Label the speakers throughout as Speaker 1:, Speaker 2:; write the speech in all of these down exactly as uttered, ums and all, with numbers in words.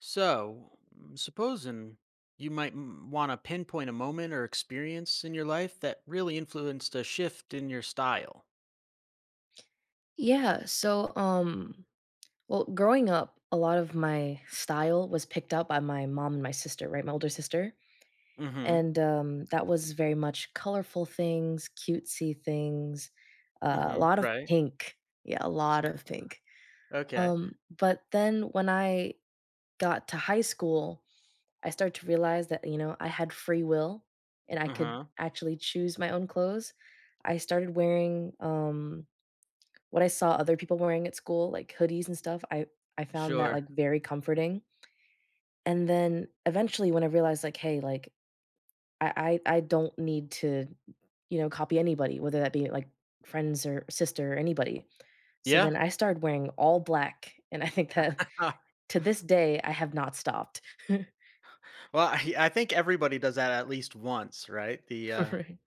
Speaker 1: So, mm, supposing you might want to pinpoint a moment or experience in your life that really influenced a shift in your style.
Speaker 2: Yeah, so um well, growing up, a lot of my style was picked up by my mom and my sister, right? My older sister.
Speaker 1: Mm-hmm.
Speaker 2: And um that was very much colorful things, cutesy things, uh, a
Speaker 1: Mm-hmm.
Speaker 2: lot of
Speaker 1: Right.
Speaker 2: pink. Yeah, a lot of pink.
Speaker 1: Okay.
Speaker 2: Um but then when I got to high school, I started to realize that, you know, I had free will and I could
Speaker 1: Uh-huh.
Speaker 2: actually choose my own clothes. I started wearing um what I saw other people wearing at school, like hoodies and stuff. I I found that,
Speaker 1: Sure.
Speaker 2: like, very comforting, and then eventually when I realized, like, "Hey, like, I I I don't need to, you know, copy anybody, whether that be, like, friends or sister or anybody." So
Speaker 1: Yeah.
Speaker 2: then I started wearing all black, and I think that
Speaker 1: well,
Speaker 2: to this day, I have not stopped.
Speaker 1: I, I think everybody does that at least once, right? The uh
Speaker 2: Right.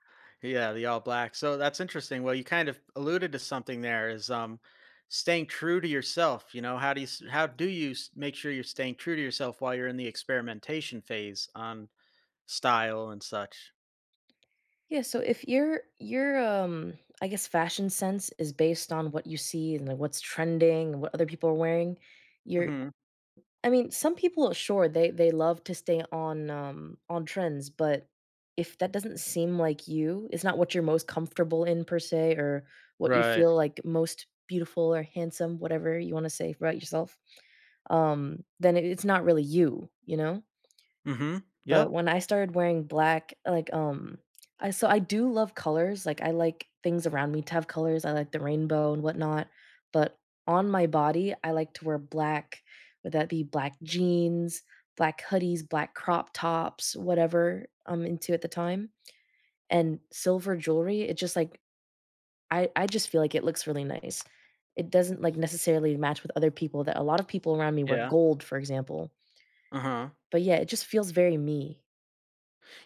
Speaker 1: yeah, the all black. So that's interesting. Well, you kind of alluded to something there is um staying true to yourself, you know, how do you s- how do you s- make sure you're staying true to yourself while you're in the experimentation phase on style and such.
Speaker 2: Yeah, so if your your, um, I guess, fashion sense is based on what you see and, like, what's trending and what other people are wearing, you're
Speaker 1: Mhm.
Speaker 2: I mean, some people, uh, sure, they they love to stay on, um, on trends, but if that doesn't seem like you, it's not what you're most comfortable in per se, or what you
Speaker 1: Right.
Speaker 2: feel like most beautiful or handsome, whatever you wanna say about yourself, um, then it it's not really you, you know?
Speaker 1: Mhm.
Speaker 2: But
Speaker 1: Yep.
Speaker 2: when I started wearing black, like, um I so I do love colors, like, I like things around me to have colors, I like the rainbow and whatnot, but on my body, I like to wear black, whether that be black jeans, black hoodies, black crop tops, whatever I'm into at the time, and silver jewelry. It just, like I I just feel like it looks really nice. It doesn't, like, necessarily match with other people that a lot of people around me wear
Speaker 1: Yeah.
Speaker 2: gold, for example,
Speaker 1: Uh-huh.
Speaker 2: but yeah, it just feels very me.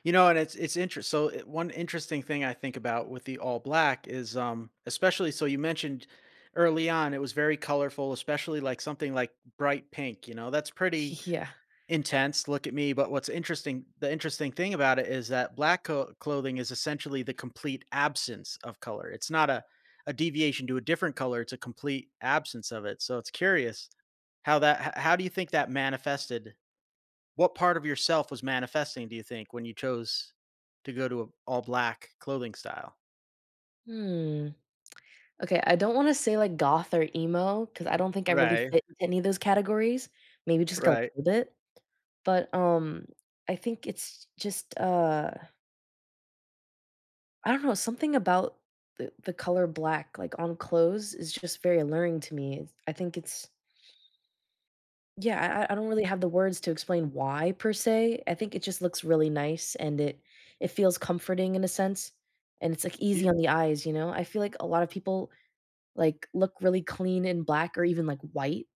Speaker 1: You know, and it's it's interesting. So, it One interesting thing I think about with the all black is, um, especially, so you mentioned early on, it was very colorful, especially, like, something like bright pink, you know, that's pretty
Speaker 2: Yeah.
Speaker 1: intense, look at me. But what's interesting, the interesting thing about it is that black co- clothing is essentially the complete absence of color. It's not a a deviation to a different color, it's a complete absence of it. So it's curious how that h- how do you think that manifested, what part of yourself was manifesting, do you think, when you chose to go to a all black clothing style?
Speaker 2: Hmm. Okay, I don't wanna say, like, goth or emo because I don't think I really
Speaker 1: Right.
Speaker 2: fit into any of those categories, maybe just, like, a
Speaker 1: Right.
Speaker 2: little bit, but, um, I think it's just, uh, I don't know, something about the the color black, like, on clothes is just very alluring to me. It's I think it's yeah, I I don't really have the words to explain why per se. I think it just looks really nice and it it feels comforting in a sense, and it's, like,
Speaker 1: You,
Speaker 2: easy on the eyes, you know? I feel like a lot of people, like, look really clean in black or even, like, white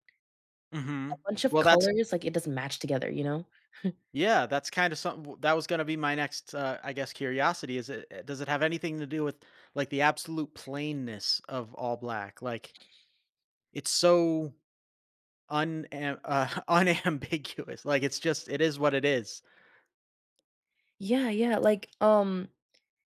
Speaker 1: hmm.
Speaker 2: bunch of
Speaker 1: Well, that's
Speaker 2: colors, like, it doesn't match together, you know?
Speaker 1: yeah, that's kind of something that was going to be my next, uh, I guess, curiosity. Is it uh, does it have anything to do with like the absolute plainness of all black? Like, it's so un uh, unambiguous. Like, it's just it is what it is.
Speaker 2: Yeah, yeah, like, um,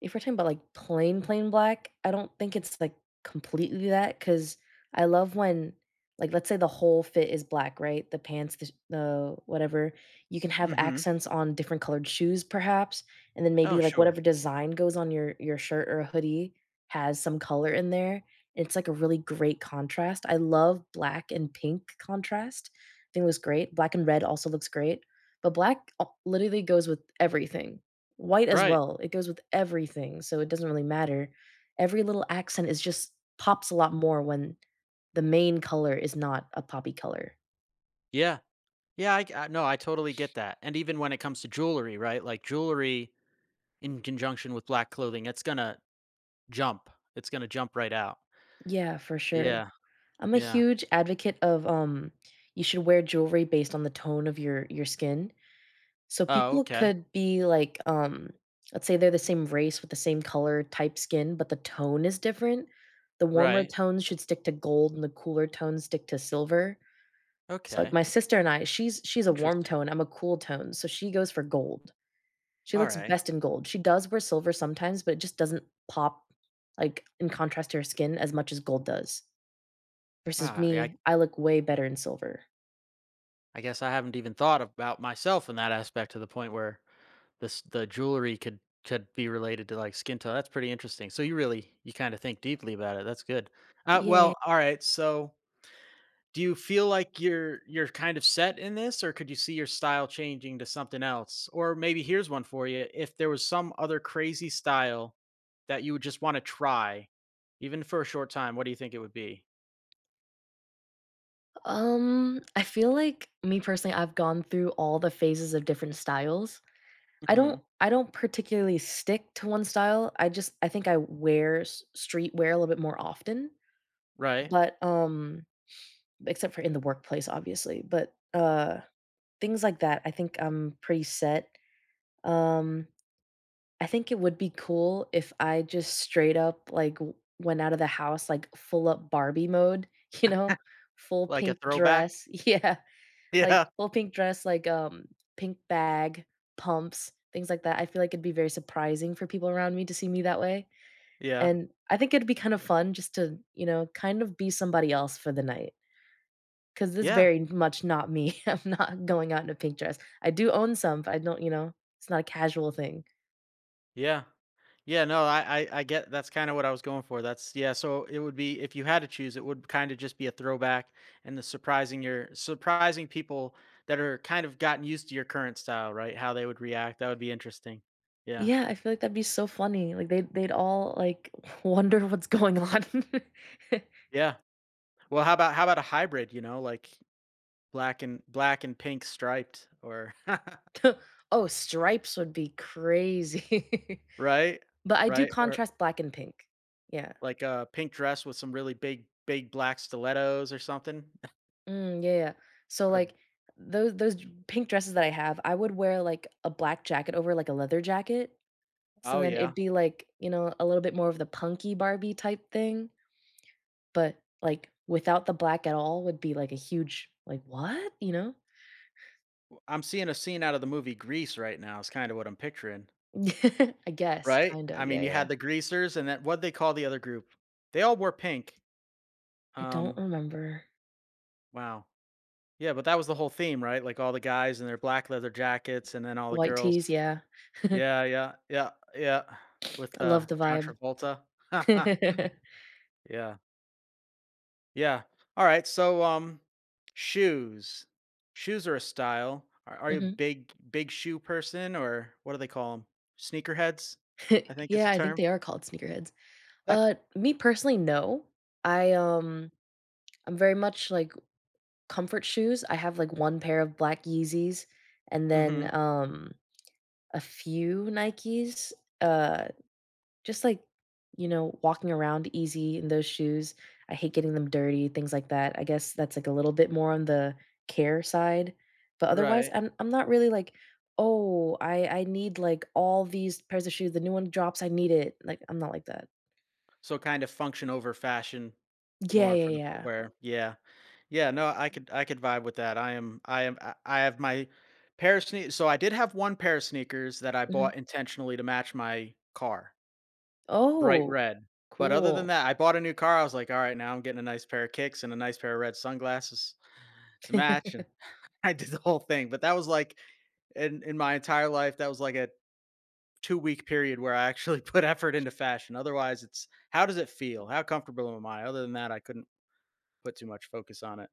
Speaker 2: if we're talking about, like, plain, plain black, I don't think it's, like, completely that because I love when like, let's say the whole fit is black, right? The pants, the sh the whatever. You can have
Speaker 1: Mm-hmm.
Speaker 2: accents on different colored shoes perhaps, and then
Speaker 1: Oh,
Speaker 2: maybe, like,
Speaker 1: sure.
Speaker 2: whatever design goes on your your shirt or a hoodie has some color in there. It's, like, a really great contrast. I love black and pink contrast. I think it looks great. Black and red also looks great, but black, uh, literally goes with everything. White as
Speaker 1: Right.
Speaker 2: well, it goes with everything, so it doesn't really matter. Every little accent is just pops a lot more when the main color is not a poppy color.
Speaker 1: Yeah. Yeah. I, g- I- no, I totally get that. And even when it comes to jewelry, right? Like jewelry in conjunction with black clothing, it's gonna jump. It's gonna jump right out.
Speaker 2: Yeah, for sure.
Speaker 1: Yeah.
Speaker 2: I'm a
Speaker 1: Yeah.
Speaker 2: huge advocate of, um, you should wear jewelry based on the tone of your your skin. So
Speaker 1: Oh,
Speaker 2: people
Speaker 1: okay.
Speaker 2: could be like, um, let's say they're the same race with the same color type skin, but the tone is different. The warmer
Speaker 1: Right.
Speaker 2: tones should stick to gold and the cooler tones stick to silver. So, like,
Speaker 1: Okay.
Speaker 2: my sister and I, she's she's a warm
Speaker 1: Interesting.
Speaker 2: tone, I'm a cool tone, so she goes for gold. She
Speaker 1: All
Speaker 2: looks
Speaker 1: right.
Speaker 2: best in gold. She does wear silver sometimes, but it just doesn't pop, like, in contrast to her skin as much as gold does. Versus
Speaker 1: Wow. Yeah, I,
Speaker 2: me, I look way better in silver.
Speaker 1: I guess I haven't even thought about myself in that aspect to the point where this the jewelry could could be related to like skin tone. That's pretty interesting. So you really, you kind of think deeply about it. That's good. Uh,
Speaker 2: Yeah.
Speaker 1: well, all right. So do you feel like you're you're kind of set in this, or could you see your style changing to something else? Or maybe here's one for you: if there was some other crazy style that you would just want to try, even for a short time, what do you think it would be?
Speaker 2: Um, I feel like me personally, I've gone through all the phases of different styles. I don't
Speaker 1: Hmm.
Speaker 2: I don't particularly stick to one style. I just I think I wear s streetwear a little bit more often,
Speaker 1: Right,
Speaker 2: but, um except for in the workplace, obviously. But uh, things like that, I think I'm pretty set. Um, I think it would be cool if I just straight up like w- went out of the house like full up Barbie mode, you know, full
Speaker 1: like a
Speaker 2: pink
Speaker 1: throwback.
Speaker 2: dress, yeah, like
Speaker 1: Yeah.
Speaker 2: full pink dress, like um, pink bag, pumps, things like that. I feel like it'd be very surprising for people around me to see me that way.
Speaker 1: Yeah.
Speaker 2: And I think it'd be kind of fun just to, you know, kind of be somebody else for the night. 'Cause this
Speaker 1: Yeah.
Speaker 2: very much not me. I'm not going out in a pink dress. I do own some, but I don't you know, it's not a casual thing.
Speaker 1: Yeah. Yeah, no, I I I get that's kinda what I was going for, that's yeah, so it would be, if you had to choose, it would kinda just be a throwback, and the surprising your surprising people that are kind of gotten used to your current style, right? How they would react, that would be interesting. Yeah.
Speaker 2: Yeah, I feel like that'd be so funny. Like, they'd they'd all, like, wonder what's going on.
Speaker 1: Yeah. Well, how about how about a hybrid, you know, like black and black and pink striped or
Speaker 2: Oh, stripes would be crazy.
Speaker 1: right?
Speaker 2: But I do
Speaker 1: Right? Or
Speaker 2: contrast black and pink. Yeah.
Speaker 1: like a pink dress with some really big, big black stilettos or something?
Speaker 2: Mm, yeah, yeah. So,
Speaker 1: Or
Speaker 2: like, those those j pink dresses that I have, I would wear, like, a black jacket over, like, a leather jacket, so
Speaker 1: oh,
Speaker 2: then
Speaker 1: yeah.
Speaker 2: it'd be, like, you know, a little bit more of the punky Barbie type thing. But, like, without the black at all would be, like, a huge, like, "What?" You know?
Speaker 1: I'm seeing a scene out of the movie Grease right now is kinda what I'm picturing,
Speaker 2: I guess,
Speaker 1: right?
Speaker 2: kinda,
Speaker 1: I mean,
Speaker 2: yeah,
Speaker 1: you
Speaker 2: yeah.
Speaker 1: had the greasers and that, what they call the other group? They all wore pink.
Speaker 2: I don't
Speaker 1: Um,
Speaker 2: remember.
Speaker 1: wow. Yeah, but that was the whole theme, right? Like, all the guys in their black leather jackets and then all the
Speaker 2: White
Speaker 1: girls
Speaker 2: teas, yeah. I
Speaker 1: Yeah, yeah, yeah, yeah, with, uh,
Speaker 2: love the
Speaker 1: John
Speaker 2: vibe.
Speaker 1: Travolta. Yeah, yeah. Alright, so, um, shoes. Shoes are a style. Are are you a
Speaker 2: Mhm.
Speaker 1: big big shoe person, or what do they call them? Sneakerheads, I think is the
Speaker 2: Yeah, I think
Speaker 1: term?
Speaker 2: they are called sneakerheads. Uh, me personally, no. I, um I'm very much, like, comfort shoes. I have, like, one pair of black Yeezys and then,
Speaker 1: Mhm.
Speaker 2: um, a few Nikes, uh just like, you know, walking around easy in those shoes. I hate getting them dirty, things like that. I guess that's like a little bit more on the care side. But otherwise,
Speaker 1: Right.
Speaker 2: I'm I'm not really like, "Oh, I I need like all these pairs of shoes. The new one drops, I need it." Like, I'm not like that.
Speaker 1: So kind of function over fashion
Speaker 2: Yeah,
Speaker 1: more
Speaker 2: yeah,
Speaker 1: for the
Speaker 2: yeah.
Speaker 1: footwear. Yeah. Yeah, no, I could I could vibe with that. I am I am I I have my pair of sneakers. So I did have one pair of sneakers that I
Speaker 2: Mhm.
Speaker 1: bought intentionally to match my car, bright
Speaker 2: Oh,
Speaker 1: red. But other than
Speaker 2: cool.
Speaker 1: that, I bought a new car. I was like, all right, now I'm getting a nice pair of kicks and a nice pair of red sunglasses to match. And I did the whole thing. But that was like in in my entire life, that was like a two week period where I actually put effort into fashion. Otherwise, it's how does it feel? How comfortable am I? Other than that, I couldn't put too much focus on it.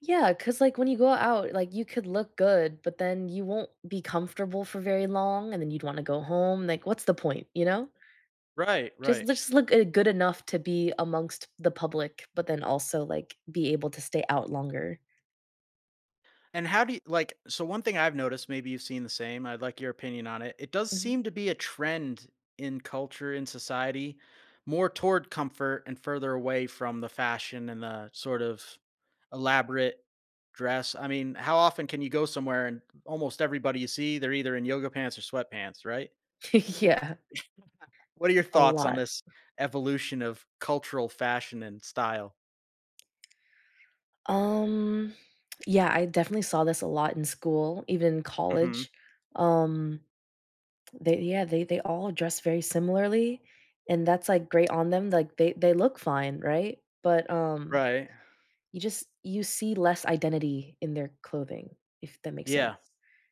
Speaker 2: Yeah, because like when you go out, like you could look good, but then you won't be comfortable for very long and then you'd wanna go home. Like, what's the point, you know?
Speaker 1: Right,
Speaker 2: Just
Speaker 1: right.
Speaker 2: just look, uh, good enough to be amongst the public, but then also, like, be able to stay out longer.
Speaker 1: And how do you like? So, one thing I've noticed, maybe you've seen the same, I'd like your opinion on it. It does
Speaker 2: Mhm.
Speaker 1: seem to be a trend in culture, in society, more toward comfort and further away from the fashion and the sort of elaborate dress. I mean, how often can you go somewhere and almost everybody you see, they're either in yoga pants or sweatpants, right?
Speaker 2: Yeah,
Speaker 1: What are your
Speaker 2: a
Speaker 1: thoughts on
Speaker 2: lot.
Speaker 1: this evolution of cultural fashion and style?
Speaker 2: Um, yeah, I definitely saw this a lot in school, even in
Speaker 1: Mhm.
Speaker 2: college. Um, they yeah, they they all dress very similarly, and that's, like, great on them, like, they they look fine, right? But, um
Speaker 1: Right.
Speaker 2: you just you see less identity in their clothing, if that makes sense.
Speaker 1: Yeah.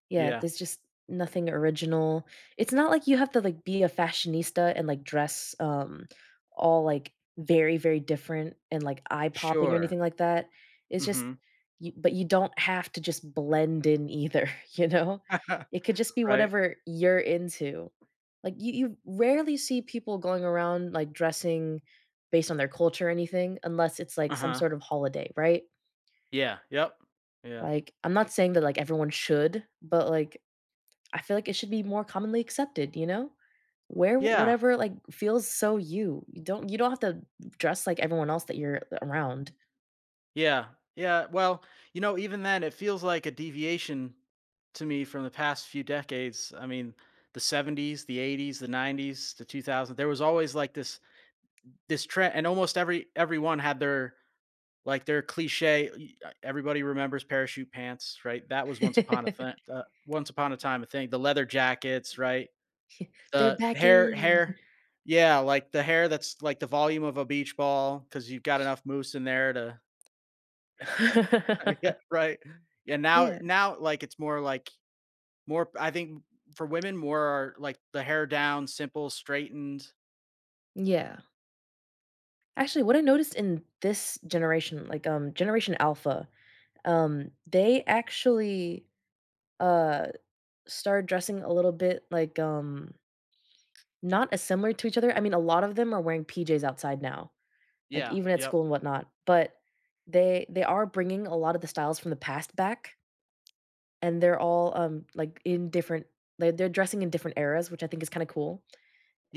Speaker 2: Yeah,
Speaker 1: Yeah.
Speaker 2: there's just nothing original. It's not like you have to, like, be a fashionista and, like, dress, um, all, like, very, very different and, like, eye-popping or
Speaker 1: Sure.
Speaker 2: anything like that. It's just
Speaker 1: Mhm.
Speaker 2: You but you don't have to just blend in either, you know? It could just be
Speaker 1: Right.
Speaker 2: whatever you're into. Like, you you rarely see people going around, like, dressing based on their culture or anything, unless it's, like, some
Speaker 1: Uh-huh.
Speaker 2: sort of holiday, right?
Speaker 1: Yeah. Yep. Yeah.
Speaker 2: Like, I'm not saying that, like, everyone should, but, like, I feel like it should be more commonly accepted, you know? Wear
Speaker 1: Yeah.
Speaker 2: whatever, like, feels so you. You don't you don't have to dress like everyone else that you're around.
Speaker 1: Yeah. Yeah. Well, you know, even then, it feels like a deviation to me from the past few decades. I mean, the seventies, the eighties, the nineties, the two thousands. There was always like this this trend, and almost every everyone had their like, they're cliche e uh, everybody remembers parachute pants, right? That was once upon a
Speaker 2: They're
Speaker 1: thing, uh, once upon a time a thing. The leather jackets, right? The
Speaker 2: back
Speaker 1: hair
Speaker 2: in.
Speaker 1: hair yeah, like, the hair that's, like, the volume of a beach ball because 'cause you've got enough mousse in there to yeah, right. Yeah, now
Speaker 2: Yeah.
Speaker 1: now, like, it's more like more I think for women, more are, like, the hair down, simple, straightened.
Speaker 2: Yeah. Actually, what I noticed in this generation, like, um, Generation Alpha, um, they actually, uh started dressing a little bit like, um, not as similar to each other. I mean, a lot of them are wearing P Js outside now, like
Speaker 1: Yeah,
Speaker 2: even at
Speaker 1: yep.
Speaker 2: school and whatnot. But they they are bringing a lot of the styles from the past back, and they're all um like in different. They're they're dressing in different eras, which I think is kind of cool.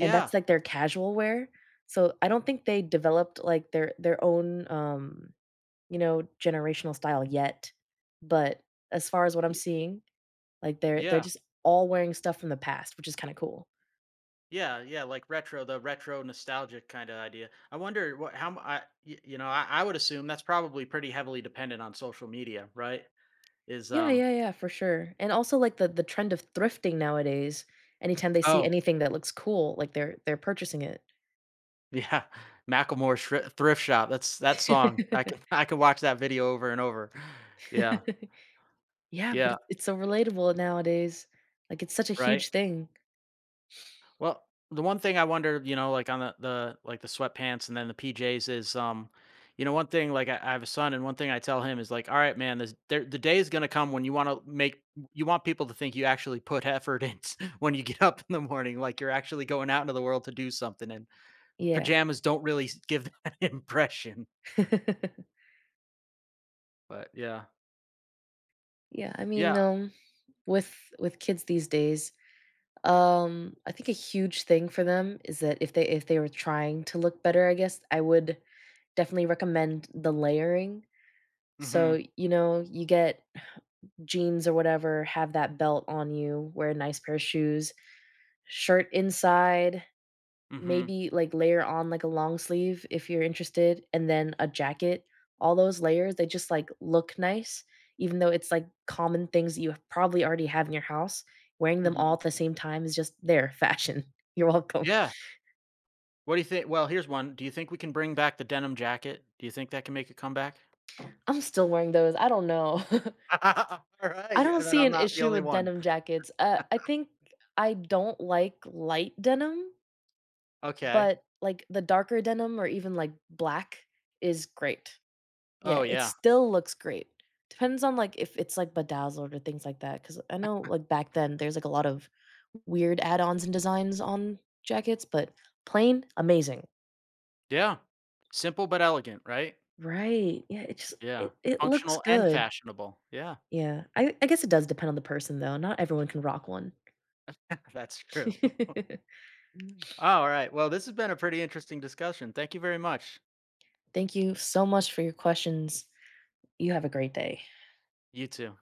Speaker 2: And that's like their casual wear. So I don't think they developed like their their own um you know generational style yet. But as far as what I'm
Speaker 1: y
Speaker 2: seeing, like they're they're
Speaker 1: yeah.
Speaker 2: just all wearing stuff from the past, which is kind of cool.
Speaker 1: Yeah, yeah, like retro, the retro nostalgic kind of idea. I wonder what how m- I y- you know, I, I would assume that's probably pretty heavily dependent on social media, right? Is
Speaker 2: Yeah,
Speaker 1: um
Speaker 2: yeah, yeah, for sure, and also, like, the the trend of thrifting nowadays, anytime they see
Speaker 1: oh
Speaker 2: anything that looks cool, like, they're they're purchasing it.
Speaker 1: yeah, Macklemore Shri- thrift shop. That's that song. I can I can watch that video over and over. Yeah,
Speaker 2: Yeah, but
Speaker 1: yeah,
Speaker 2: it it's so relatable nowadays, like, it's such a
Speaker 1: right.
Speaker 2: huge thing.
Speaker 1: Well, the one thing I wonder, you know, like on the the like the sweatpants and then the P Js is, um, you know, one thing like I, I have a son, and one thing I tell him is like, all right, man, this there, the day is gonna come when you want to make you want people to think you actually put effort in when you get up in the morning, like you're actually going out into the world to do something, and
Speaker 2: Yeah.
Speaker 1: pajamas don't really s- give that impression. But yeah,
Speaker 2: Yeah, I mean,
Speaker 1: yeah,
Speaker 2: um, with with kids these days, um, I think a huge thing for them is that if they if they were trying to look better, I guess, I would definitely recommend the layering.
Speaker 1: mm-hmm,
Speaker 2: So, you know, you get jeans or whatever, have that belt on you, wear a nice pair of shoes, shirt inside,
Speaker 1: mm-hmm,
Speaker 2: maybe, like, layer on, like, a long sleeve if you're interested, and then a jacket. All those layers, they just, like, look nice, even though it's, like, common things that you probably already have in your house. Wearing them all
Speaker 1: mm-hmm.
Speaker 2: at the same time is just their fashion. You're welcome.
Speaker 1: Yeah. What do you think? Well, here's one. Do you think we can bring back the denim jacket? Do you think that can make a comeback?
Speaker 2: I'm still wearing those, I don't know. I
Speaker 1: Alright,
Speaker 2: don't
Speaker 1: and then
Speaker 2: see
Speaker 1: I'm
Speaker 2: an
Speaker 1: not the
Speaker 2: issue
Speaker 1: only
Speaker 2: with
Speaker 1: one.
Speaker 2: denim jackets. Uh, I think I don't like light denim.
Speaker 1: Okay.
Speaker 2: But, like, the darker denim or even, like, black is great. Yeah,
Speaker 1: Oh,
Speaker 2: it
Speaker 1: yeah.
Speaker 2: still looks great. Depends on, like, if it's, like, bedazzled or things like that. Because I know, like, back then, there's, like, a lot of weird add-ons and designs on jackets, but plain, amazing.
Speaker 1: Yeah. Simple but elegant, right?
Speaker 2: Right, yeah, it just
Speaker 1: Yeah.
Speaker 2: it it looks
Speaker 1: Functional and
Speaker 2: good.
Speaker 1: fashionable. Yeah.
Speaker 2: Yeah, I I guess it does depend on the person, though, not everyone can rock one.
Speaker 1: That's true. Alright, well, this has been a pretty interesting discussion. Thank you very much.
Speaker 2: Thank you so much for your questions. You have a great day.
Speaker 1: You too.